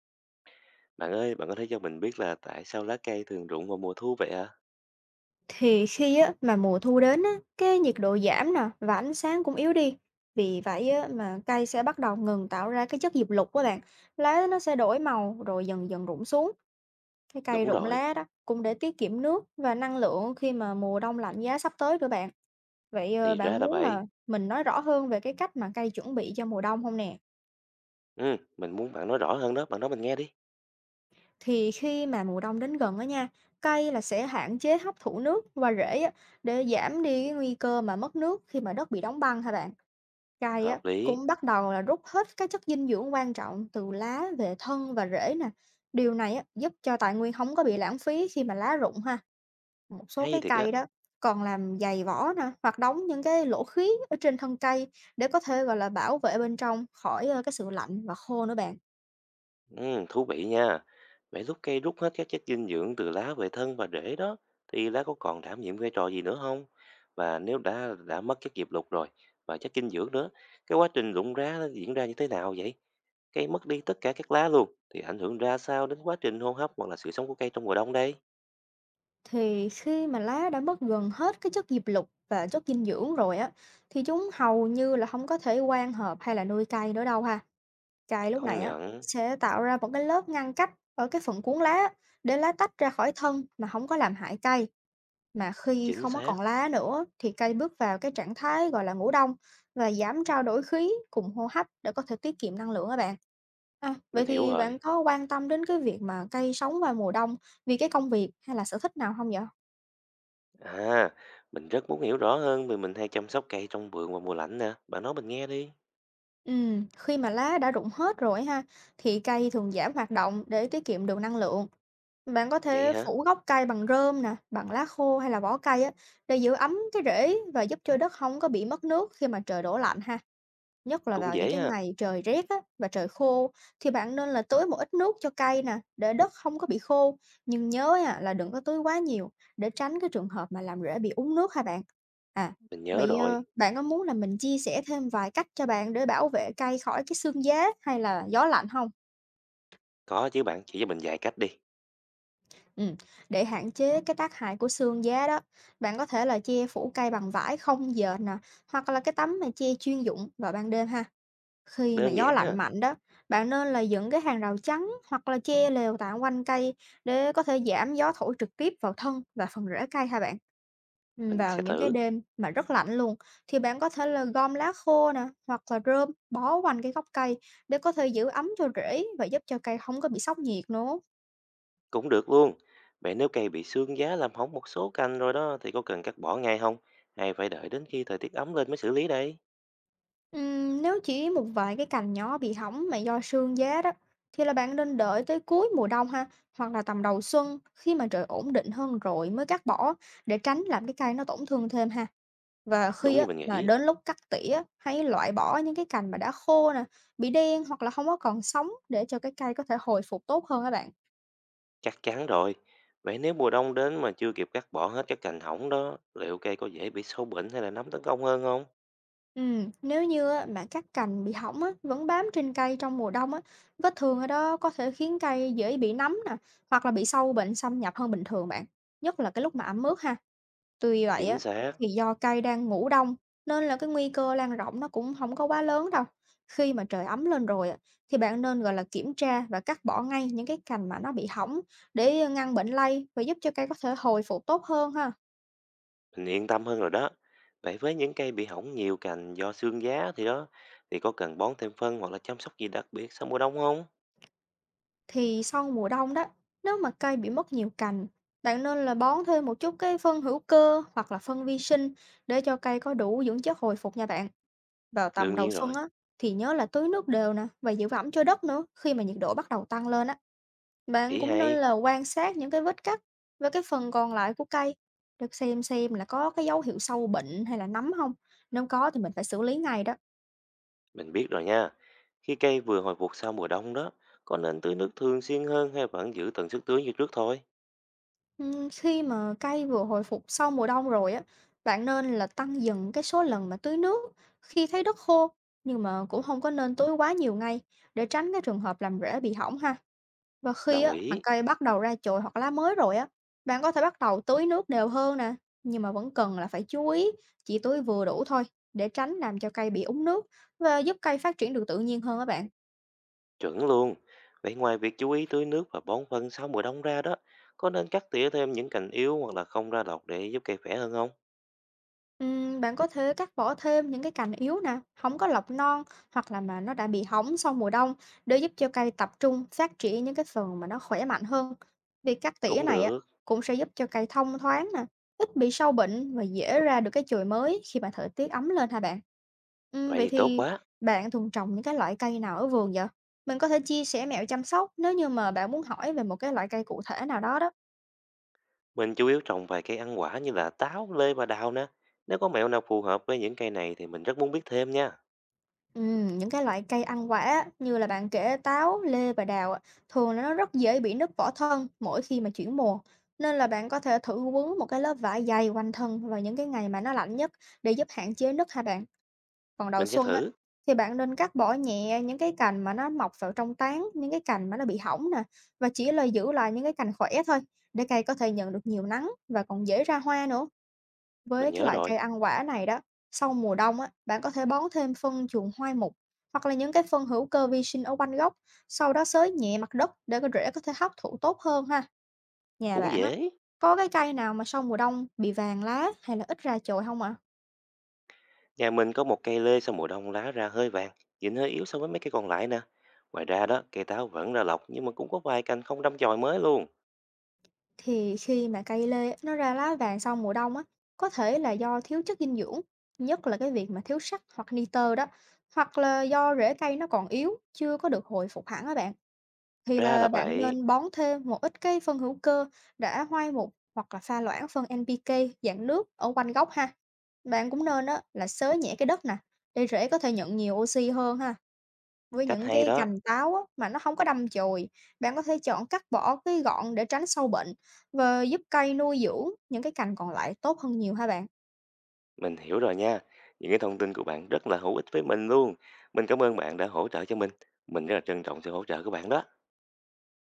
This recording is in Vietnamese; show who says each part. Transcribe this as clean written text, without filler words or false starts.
Speaker 1: Bạn ơi, bạn có thể cho mình biết là tại sao lá cây thường rụng vào mùa thu vậy ạ?
Speaker 2: Thì khi á, mà mùa thu đến á, cái nhiệt độ giảm nè và ánh sáng cũng yếu đi. Vì vậy á, mà cây sẽ bắt đầu ngừng tạo ra cái chất diệp lục các bạn. Lá nó sẽ đổi màu rồi dần dần rụng xuống. Cái cây
Speaker 1: Đúng
Speaker 2: rụng
Speaker 1: rồi,
Speaker 2: lá đó cũng để tiết kiệm nước và năng lượng khi mà mùa đông lạnh giá sắp tới nữa bạn. Vậy
Speaker 1: thì ra
Speaker 2: bạn
Speaker 1: là
Speaker 2: muốn là
Speaker 1: vậy.
Speaker 2: mình nói rõ hơn về cái cách mà cây chuẩn bị cho mùa đông không nè?
Speaker 1: Ừ, mình muốn bạn nói rõ hơn đó, bạn nói mình nghe đi.
Speaker 2: Thì khi mà mùa đông đến gần đó nha, cây là sẽ hạn chế hấp thụ nước qua rễ á, để giảm đi cái nguy cơ mà mất nước khi mà đất bị đóng băng hả bạn? Chay á,
Speaker 1: Hợp lý,
Speaker 2: cũng bắt đầu là rút hết các chất dinh dưỡng quan trọng từ lá về thân và rễ nè. Điều này á, giúp cho tài nguyên không có bị lãng phí khi mà lá rụng ha. Một số
Speaker 1: hay
Speaker 2: cái
Speaker 1: thiệt á.
Speaker 2: cây đó còn làm dày vỏ nè, hoặc đóng những cái lỗ khí ở trên thân cây để có thể, gọi là, bảo vệ bên trong khỏi, cái sự lạnh và khô nữa bạn.
Speaker 1: Ừ, thú vị nha. Vậy lúc cây rút hết các chất dinh dưỡng từ lá về thân và rễ đó, thì lá có còn đảm nhiệm vai trò gì nữa không? Và nếu đã mất chất diệp lục rồi và chất dinh dưỡng nữa, cái quá trình rụng lá nó diễn ra như thế nào vậy? Cây mất đi tất cả các lá luôn, thì ảnh hưởng ra sao đến quá trình hô hấp hoặc là sự sống của cây trong mùa đông đây?
Speaker 2: Thì khi mà lá đã mất gần hết cái chất diệp lục và chất dinh dưỡng rồi á, thì chúng hầu như là không có thể quang hợp hay là nuôi cây nữa đâu ha. Cày lúc
Speaker 1: Công
Speaker 2: này á,
Speaker 1: nhận.
Speaker 2: sẽ tạo ra một cái lớp ngăn cách ở cái phần cuốn lá á, để lá tách ra khỏi thân mà không có làm hại cây. Mà khi
Speaker 1: Chính
Speaker 2: không có
Speaker 1: xác,
Speaker 2: còn lá nữa thì cây bước vào cái trạng thái, gọi là, ngủ đông và giảm trao đổi khí cùng hô hấp để có thể tiết kiệm năng lượng các bạn. À, vậy
Speaker 1: mình hiểu
Speaker 2: thì
Speaker 1: rồi.
Speaker 2: bạn có quan tâm đến cái việc mà cây sống vào mùa đông vì cái công việc hay là sở thích nào không vậy?
Speaker 1: À, mình rất muốn hiểu rõ hơn vì mình hay chăm sóc cây trong vườn vào mùa lạnh nè. Bạn nói mình nghe đi.
Speaker 2: Khi mà lá đã rụng hết rồi ha, thì cây thường giảm hoạt động để tiết kiệm được năng lượng. Bạn có
Speaker 1: Vậy
Speaker 2: thể
Speaker 1: hả?
Speaker 2: phủ gốc cây bằng rơm nè, bằng lá khô hay là vỏ cây á, để giữ ấm cái rễ và giúp cho đất không có bị mất nước khi mà trời đổ lạnh ha. Nhất là
Speaker 1: Cũng
Speaker 2: vào những
Speaker 1: dễ
Speaker 2: cái
Speaker 1: ha.
Speaker 2: ngày trời rét á, và trời khô thì bạn nên là tưới một ít nước cho cây nè, để đất không có bị khô. Nhưng nhớ nha, là đừng có tưới quá nhiều để tránh cái trường hợp mà làm rễ bị úng nước ha bạn. À,
Speaker 1: Mình nhớ
Speaker 2: vậy
Speaker 1: rồi.
Speaker 2: bạn có muốn là mình chia sẻ thêm vài cách cho bạn để bảo vệ cây khỏi cái sương giá hay là gió lạnh không?
Speaker 1: Có chứ bạn, chỉ cho mình vài cách đi.
Speaker 2: Ừm, để hạn chế cái tác hại của sương giá đó, bạn có thể là che phủ cây bằng vải không dệt nè, hoặc là cái tấm mà che chuyên dụng vào ban đêm ha. Khi mà
Speaker 1: Đơn
Speaker 2: gió
Speaker 1: giản
Speaker 2: lạnh
Speaker 1: ha.
Speaker 2: mạnh đó, bạn nên là dựng cái hàng rào chắn hoặc là che lều tạm quanh cây để có thể giảm gió thổi trực tiếp vào thân và phần rễ cây ha bạn.
Speaker 1: Mình
Speaker 2: Vào
Speaker 1: sẽ
Speaker 2: những cái
Speaker 1: thử.
Speaker 2: đêm mà rất lạnh luôn thì bạn có thể là gom lá khô nè hoặc là rơm bó quanh cái gốc cây để có thể giữ ấm cho rễ và giúp cho cây không có bị sốc nhiệt nữa.
Speaker 1: Cũng được luôn. Vậy nếu cây bị sương giá làm hỏng một số cành rồi đó thì có cần cắt bỏ ngay không? Hay phải đợi đến khi thời tiết ấm lên mới xử lý đây?
Speaker 2: Nếu chỉ một vài cái cành nhỏ bị hỏng mà do sương giá đó thì là bạn nên đợi tới cuối mùa đông ha hoặc là tầm đầu xuân khi mà trời ổn định hơn rồi mới cắt bỏ để tránh làm cái cây nó tổn thương thêm ha và khi
Speaker 1: Đúng như
Speaker 2: á
Speaker 1: mình
Speaker 2: mà
Speaker 1: nghĩ.
Speaker 2: đến lúc cắt tỉa á, hãy loại bỏ những cái cành mà đã khô nè, bị đen hoặc là không có còn sống để cho cái cây có thể hồi phục tốt hơn các bạn.
Speaker 1: Chắc chắn rồi. Vậy nếu mùa đông đến mà chưa kịp cắt bỏ hết các cành hỏng đó, liệu cây có dễ bị sâu bệnh hay là nấm tấn công hơn không?
Speaker 2: Nếu như á, mà các cành bị hỏng á, vẫn bám trên cây trong mùa đông á, vết thương ở đó có thể khiến cây dễ bị nấm nè, hoặc là bị sâu bệnh xâm nhập hơn bình thường bạn, nhất là cái lúc mà ẩm ướt ha. Tuy vậy
Speaker 1: Chính
Speaker 2: á,
Speaker 1: xác.
Speaker 2: thì do cây đang ngủ đông nên là cái nguy cơ lan rộng nó cũng không có quá lớn đâu. Khi mà trời ấm lên rồi á, thì bạn nên gọi là kiểm tra và cắt bỏ ngay những cái cành mà nó bị hỏng để ngăn bệnh lây và giúp cho cây có thể hồi phục tốt hơn ha.
Speaker 1: Mình yên tâm hơn rồi đó. Vậy với những cây bị hỏng nhiều cành do sương giá thì đó, thì có cần bón thêm phân hoặc là chăm sóc gì đặc biệt sau mùa đông không?
Speaker 2: Thì sau mùa đông đó, nếu mà cây bị mất nhiều cành, bạn nên là bón thêm một chút cái phân hữu cơ hoặc là phân vi sinh để cho cây có đủ dưỡng chất hồi phục nha bạn. Vào tầm
Speaker 1: Đương
Speaker 2: đầu
Speaker 1: nhiên
Speaker 2: xuân
Speaker 1: rồi,
Speaker 2: á, thì nhớ là tưới nước đều nè và giữ ẩm cho đất nữa khi mà nhiệt độ bắt đầu tăng lên á. Bạn
Speaker 1: ý
Speaker 2: cũng
Speaker 1: hay,
Speaker 2: nên là quan sát những cái vết cắt và cái phần còn lại của cây để xem là có cái dấu hiệu sâu bệnh hay là nấm không. Nếu có thì mình phải xử lý ngay đó.
Speaker 1: mình biết rồi nha. Khi cây vừa hồi phục sau mùa đông đó, có nên tưới nước thường xuyên hơn hay vẫn giữ tần suất tưới như trước thôi?
Speaker 2: Khi mà cây vừa hồi phục sau mùa đông rồi á, bạn nên là tăng dần cái số lần mà tưới nước khi thấy đất khô, nhưng mà cũng không có nên tưới quá nhiều ngay để tránh cái trường hợp làm rễ bị hỏng ha. Và khi
Speaker 1: Đồng
Speaker 2: á, mà
Speaker 1: ý,
Speaker 2: cây bắt đầu ra chồi hoặc lá mới rồi á, bạn có thể bắt đầu tưới nước đều hơn nè, nhưng mà vẫn cần là phải chú ý chỉ tưới vừa đủ thôi để tránh làm cho cây bị úng nước và giúp cây phát triển được tự nhiên hơn á bạn.
Speaker 1: chuẩn luôn. Vậy ngoài việc chú ý tưới nước và bón phân sau mùa đông ra đó, có nên cắt tỉa thêm những cành yếu hoặc là không ra lọc để giúp cây khỏe hơn không?
Speaker 2: Bạn có thể cắt bỏ thêm những cái cành yếu nè, không có lọc non hoặc là mà nó đã bị hỏng sau mùa đông để giúp cho cây tập trung phát triển những cái phần mà nó khỏe mạnh hơn. Việc cắt tỉa
Speaker 1: Cũng
Speaker 2: này á
Speaker 1: được,
Speaker 2: cũng sẽ giúp cho cây thông thoáng nè, ít bị sâu bệnh và dễ ra được cái chồi mới khi mà thời tiết ấm lên hả bạn?
Speaker 1: vậy
Speaker 2: Vậy
Speaker 1: thì tốt
Speaker 2: thì
Speaker 1: quá.
Speaker 2: bạn thường trồng những cái loại cây nào ở vườn vậy? Mình có thể chia sẻ mẹo chăm sóc nếu như mà bạn muốn hỏi về một cái loại cây cụ thể nào đó đó.
Speaker 1: Mình chủ yếu trồng vài cây ăn quả như là táo, lê và đào nè. Nếu có mẹo nào phù hợp với những cây này thì mình rất muốn biết thêm nha.
Speaker 2: Những cái loại cây ăn quả á, như là bạn kể táo, lê và đào á, thường là nó rất dễ bị nứt vỏ thân mỗi khi mà chuyển mùa. Nên là bạn có thể thử quấn một cái lớp vải dày quanh thân vào những cái ngày mà nó lạnh nhất để giúp hạn chế nứt ha bạn. Còn đầu
Speaker 1: Mình sẽ
Speaker 2: xuân á,
Speaker 1: thử.
Speaker 2: thì bạn nên cắt bỏ nhẹ những cái cành mà nó mọc vào trong tán, những cái cành mà nó bị hỏng nè và chỉ là giữ lại những cái cành khỏe thôi để cây có thể nhận được nhiều nắng và còn dễ ra hoa nữa. Với
Speaker 1: Mình
Speaker 2: cái
Speaker 1: nhớ
Speaker 2: loại
Speaker 1: rồi.
Speaker 2: cây ăn quả này đó, sau mùa đông á, bạn có thể bón thêm phân chuồng hoai mục hoặc là những cái phân hữu cơ vi sinh ở quanh gốc, sau đó xới nhẹ mặt đất để cái rễ có thể hấp thụ tốt hơn ha. Nhà
Speaker 1: Cũng
Speaker 2: bạn á,
Speaker 1: dễ.
Speaker 2: có cái cây nào mà sau mùa đông bị vàng lá hay là ít ra chồi không ạ?
Speaker 1: Nhà mình có một cây lê sau mùa đông lá ra hơi vàng, nhìn hơi yếu so với mấy cây còn lại nè. Ngoài ra đó, cây táo vẫn ra lọc nhưng mà cũng có vài cành không đâm chồi mới luôn.
Speaker 2: Thì khi mà cây lê á, nó ra lá vàng sau mùa đông á, có thể là do thiếu chất dinh dưỡng, nhất là cái việc mà thiếu sắt hoặc nitơ đó, hoặc là do rễ cây nó còn yếu, chưa có được hồi phục hẳn á bạn. Thì
Speaker 1: Ra
Speaker 2: là
Speaker 1: là
Speaker 2: bạn
Speaker 1: vậy.
Speaker 2: nên bón thêm một ít cái phân hữu cơ đã hoai mục hoặc là pha loãng phân NPK dạng nước ở quanh gốc ha. Bạn cũng nên á, là xới nhẹ cái đất nè để rễ có thể nhận nhiều oxy hơn ha. Với
Speaker 1: Cách
Speaker 2: những
Speaker 1: hay
Speaker 2: cái
Speaker 1: đó.
Speaker 2: cành táo á, mà nó không có đâm chồi, bạn có thể chọn cắt bỏ cái gọn để tránh sâu bệnh và giúp cây nuôi dưỡng những cái cành còn lại tốt hơn nhiều ha bạn.
Speaker 1: Mình hiểu rồi nha. Những cái thông tin của bạn rất là hữu ích với mình luôn. Mình cảm ơn bạn đã hỗ trợ cho mình. Mình rất là trân trọng sự hỗ trợ của bạn đó.